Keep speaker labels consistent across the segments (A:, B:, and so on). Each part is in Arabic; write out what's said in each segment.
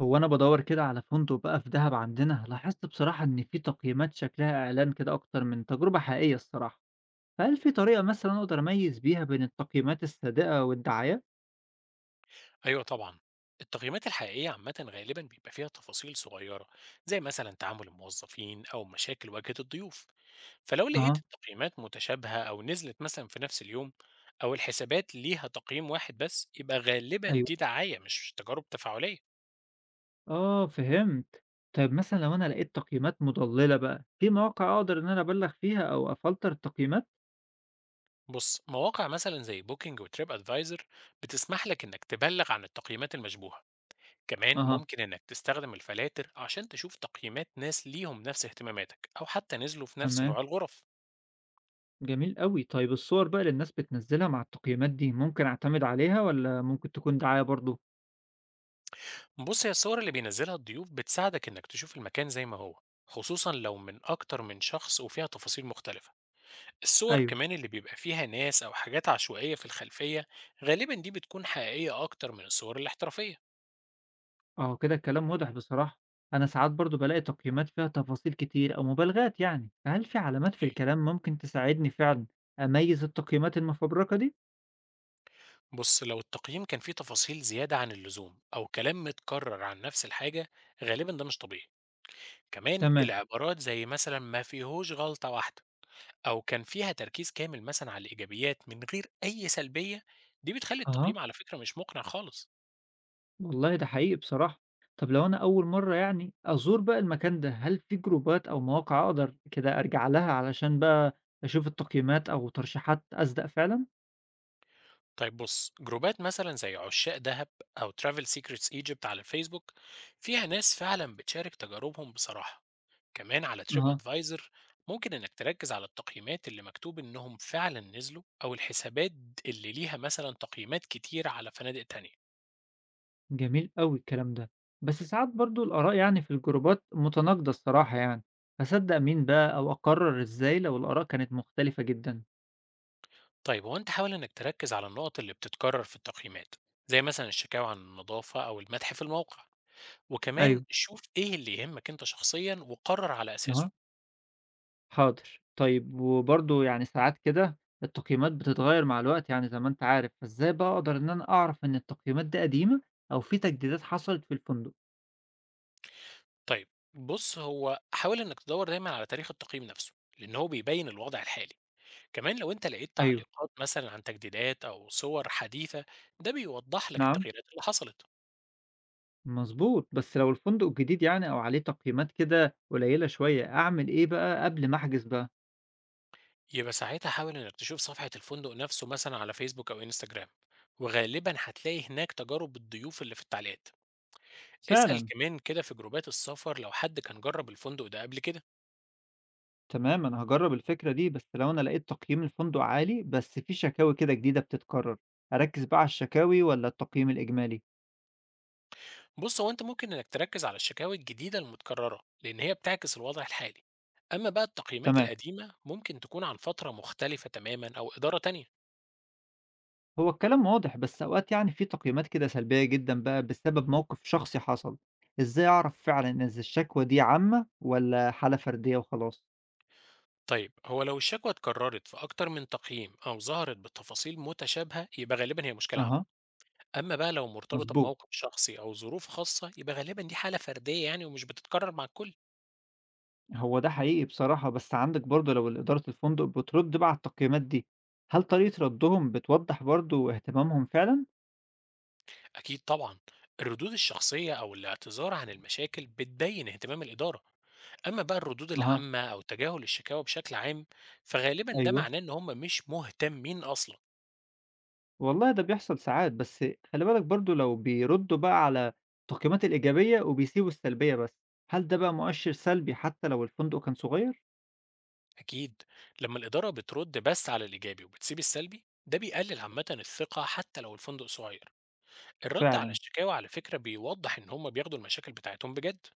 A: هو أنا بادوّر كده على فندق بقى في دهب عندنا، لاحظت بصراحة إن في تقييمات شكلها إعلان كده أكتر من تجربة حقيقية الصراحة، فهل في طريقة مثلًا أقدر أميّز بيها بين التقييمات الصادقة والدعايات؟
B: أيوه طبعًا، التقييمات الحقيقية عامةً غالبًا بيبقى فيها تفاصيل صغيرة، زي مثلًا تعامل الموظفين أو مشاكل واجهت الضيوف، فلو لقيت
A: أها،
B: التقييمات متشابهة أو نزلت مثلًا في نفس اليوم، أو الحسابات ليها تقييم واحد بس، يبقى غالبًا
A: أيوه.
B: دي دعاية مش تجارب تفاعلية.
A: آه فهمت. طيب مثلًا لو أنا لقيت تقييمات مضللة بقى، في مواقع أقدر إن أنا أبلّغ فيها أو أفلتر التقييمات؟
B: بُص، مواقع مثلًا زي Booking وTrip Advisor بتسمح لك إنك تبلغ عن التقييمات المشبوهة، كمان
A: أها،
B: ممكن إنك تستخدم الفلاتر عشان تشوف تقييمات ناس ليهم نفس اهتماماتك أو حتى نزلوا في نفس
A: تمام.
B: نوع الغرف.
A: جميل أوي. طيب الصور بقى اللي الناس بتنزّلها مع التقييمات دي، ممكن أعتمد عليها والّا ممكن تكون دعاية برضه؟
B: بص هي الصور اللي بينزلها الضيوف بتساعدك إنك تشوف المكان زي ما هو، خصوصا لو من أكتر من شخص وفيها تفاصيل مختلفة. الصور
A: أيوه.
B: كمان اللي بيبقى فيها ناس أو حاجات عشوائية في الخلفية غالبا دي بتكون حقيقية أكتر من الصور الاحترافية.
A: آه، كده الكلام واضح بصراحة. أنا ساعات برضه بالاقي تقييمات فيها تفاصيل كتير أو مبالغات يعني، فهل في علامات في
B: اوكي،
A: الكلام ممكن تساعدني فعلًا أميز التقييمات المفبركة دي؟
B: بص لو التقييم كان فيه تفاصيل زيادة عن اللزوم أو كلام متكرر عن نفس الحاجة، غالبا ده مش طبيعي. كمان
A: تمام،
B: العبارات زي مثلا ما فيهوش غلطة واحدة، أو كان فيها تركيز كامل مثلًا على الإيجابيات من غير أي سلبية، دي بتخلّي
A: أها،
B: التقييم على فكرة مش مقنع خالص.
A: والله ده حقيقي بصراحة. طب لو أنا أول مرة يعني أزور بقى المكان ده، هل في جروبات أو مواقع أقدر كده أرجع لها علشان بقى أشوف التقييمات أو ترشيحات أصدق فعلًا؟
B: طيب بُص، جروبات مثلًا زي عشاق دهب أو Travel Secrets Egypt على الفيسبوك، فيها ناس فعلًا بتشارك تجاربهم بصراحة. كمان على TripAdvisor ممكن إنك تركز على التقييمات اللي مكتوب إنهم فعلًا نزلوا، أو الحسابات اللي ليها مثلًا تقييمات كتير على فنادق تانية.
A: جميل أوي الكلام ده، بس ساعات برضه الآراء يعني في الجروبات متناقضة الصراحة يعني، أصدق مين بقى أو أقرر إزاي لو الآراء كانت مختلفة جدًا؟
B: طيب هو أنت حاول إنك تركز على النقط اللي بتتكرر في التقييمات، زي مثلًا الشكاوى عن النضافة أو المدح في الموقع. وكمان
A: أيوه،
B: شوف إيه اللي يهمك أنت شخصيًا وقرّر على أساسه.
A: أها، حاضر، طيب وبرضه يعني ساعات كده التقييمات بتتغير مع الوقت يعني زي ما أنت عارف، فإزاي بقى أقدر إن أنا أعرف إن التقييمات دي قديمة أو في تجديدات حصلت في الفندق؟
B: طيب بُص، هو حاول إنك تدوّر دايمًا على تاريخ التقييم نفسه، لإن هو بيبيّن الوضع الحالي. كمان لو أنت لقيت
A: أيوه،
B: تعليقات مثلًا عن تجديدات أو صور حديثة، ده بيوضّح لك
A: نعم،
B: التغييرات اللي حصلت.
A: مظبوط، بس لو الفندق جديد يعني أو عليه تقييمات كده قليلة شوية أعمل إيه بقى قبل ما أحجز بقى؟
B: يبقى ساعتها حاول إنك تشوف صفحة الفندق نفسه مثلًا على فيسبوك أو إنستجرام، وغالبًا هتلاقي هناك تجارب الضيوف اللي في التعليقات. اسأل
A: فعلا،
B: كمان كده في جروبات السفر لو حد كان جرّب الفندق ده قبل كده.
A: تمام أنا هاجرّب الفكرة دي، بس لو أنا لقيت تقييم الفندق عالي بس في شكاوي كده جديدة بتتكرر، أركّز بقى على الشكاوي والّا التقييم الإجمالي؟
B: بص هو انت ممكن انك تركز على الشكاوي الجديدة المتكررة، لان هي بتعكس الوضع الحالي. اما بقى التقييمات
A: تمام،
B: القديمة ممكن تكون عن فترة مختلفة تماما او ادارة تانية.
A: هو الكلام واضح بس أوقات يعني في تقييمات كده سلبية جدًا بقى بسبب موقف شخصي حصل، إزاي أعرف فعلًا إذا الشكوى دي عامة والّا حالة فردية وخلاص؟
B: طيب هو لو الشكوى اتكررت في اكتر من تقييم او ظهرت بتفاصيل متشابهة، يبقى غالبا هي مشكلة عامة.
A: أها،
B: اما بقى لو مرتبطة
A: مضبوط،
B: بموقف شخصي او ظروف خاصة، يبقى غالبا دي حالة فردية يعني ومش بتتكرر مع الكل.
A: هو ده حقيقي بصراحة، بس عندك برضه لو ال إدارة الفندق بترد بقى على التقييمات دي، هل طريقة ردّهم بتوضّح برضه اهتمامهم فعلًا؟
B: اكيد طبعا، الردود الشخصية او الاعتذار عن المشاكل بتبين اهتمام الادارة. أما بقى الردود
A: أها،
B: العامة أو تجاهل الشكاوى بشكل عام، فغالبا ده
A: أيوه.
B: معناه إن هم مش مهتمين أصلا.
A: والله ده بيحصل ساعات، بس خلّي بالك برضه لو بيردّوا بقى على التقييمات الإيجابية وبيسيبوا السلبية بس، هل ده بقى مؤشِّر سلبي حتى لو الفندق كان صغير؟
B: أكيد، لما الإدارة بترد بس على الإيجابي وبتسيب السلبي، ده بيقلل عامة الثقة حتى لو الفندق صغير. الرد على
A: فعلًا،
B: الشكاوى على فكرة بيوضح إن هم بياخدوا المشاكل بتاعتهم بجد.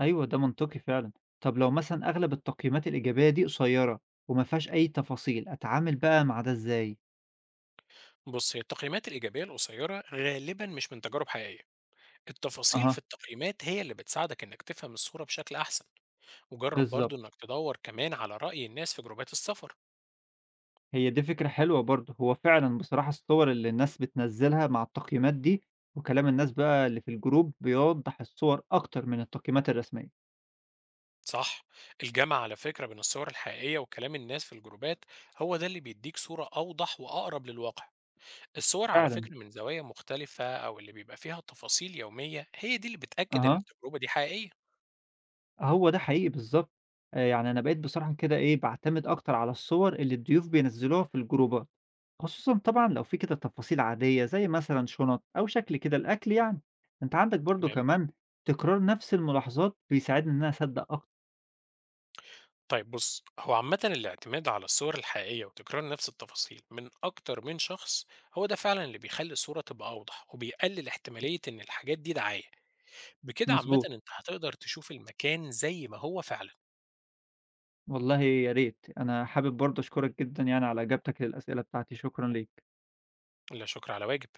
A: أيوه ده منطقي فعلًا. طب لو مثلًا أغلب التقييمات الإيجابية دي قصيّرة وما فيهاش أي تفاصيل، أتعامل بقى مع ده إزاي؟
B: بص هي التقييمات الإيجابية القصيرة غالبا مش من تجارب حقيقية. التفاصيل في
A: أها،
B: التقييمات هي اللي بتساعدك إنك تفهم الصورة بشكل أحسن. وجرب برضو
A: بالضبط.
B: إنك تدور كمان على رأي الناس في جروبات السفر.
A: هي دي فكرة حلوة برضه، هو فعلًا بصراحة الصور اللي الناس بتنزّلها مع التقييمات دي وكلام الناس بقى اللي في الجروب بيوضّح الصور أكتر من التقييمات الرسمية.
B: صح، الجمع على فكرة بين الصور الحقيقية وكلام الناس في الجروبات هو ده اللي بيديك صورة أوضح وأقرب للواقع. الصور على
A: فعلًا،
B: فكرة من زوايا مختلفة أو اللي بيبقى فيها تفاصيل يومية هي دي اللي بتأكد إن
A: أها.
B: التجربة دي حقيقية.
A: هو ده حقيقي بالضبط، يعني أنا بقيت بصراحة كده إيه، باعتمد أكتر على الصور اللي الضيوف بينزّلوها في الجروبات، خصوصًا طبعًا لو في كده تفاصيل عادية زي مثلًا شنط أو شكل كده الأكل يعني. أنت عندك برضه
B: تمام،
A: كمان تكرار نفس الملاحظات بيساعدني إن أنا أصدّق أكتر،
B: طيب بص هو عامة الاعتماد على الصور الحقيقية وتكرار نفس التفاصيل من أكتر من شخص هو ده فعلا اللي بيخلي الصورة تبقى أوضح وبيقلل احتمالية إن الحاجات دي دعاية. بكده عامة
A: مضبوط،
B: أنت هتقدر تشوف المكان زي ما هو فعلا.
A: والله يا ريت. أنا حابب برضه أشكرك جدًا يعني على إجابتك للأسئلة بتاعتي، شكرًا ليك.
B: لا شكر على واجب.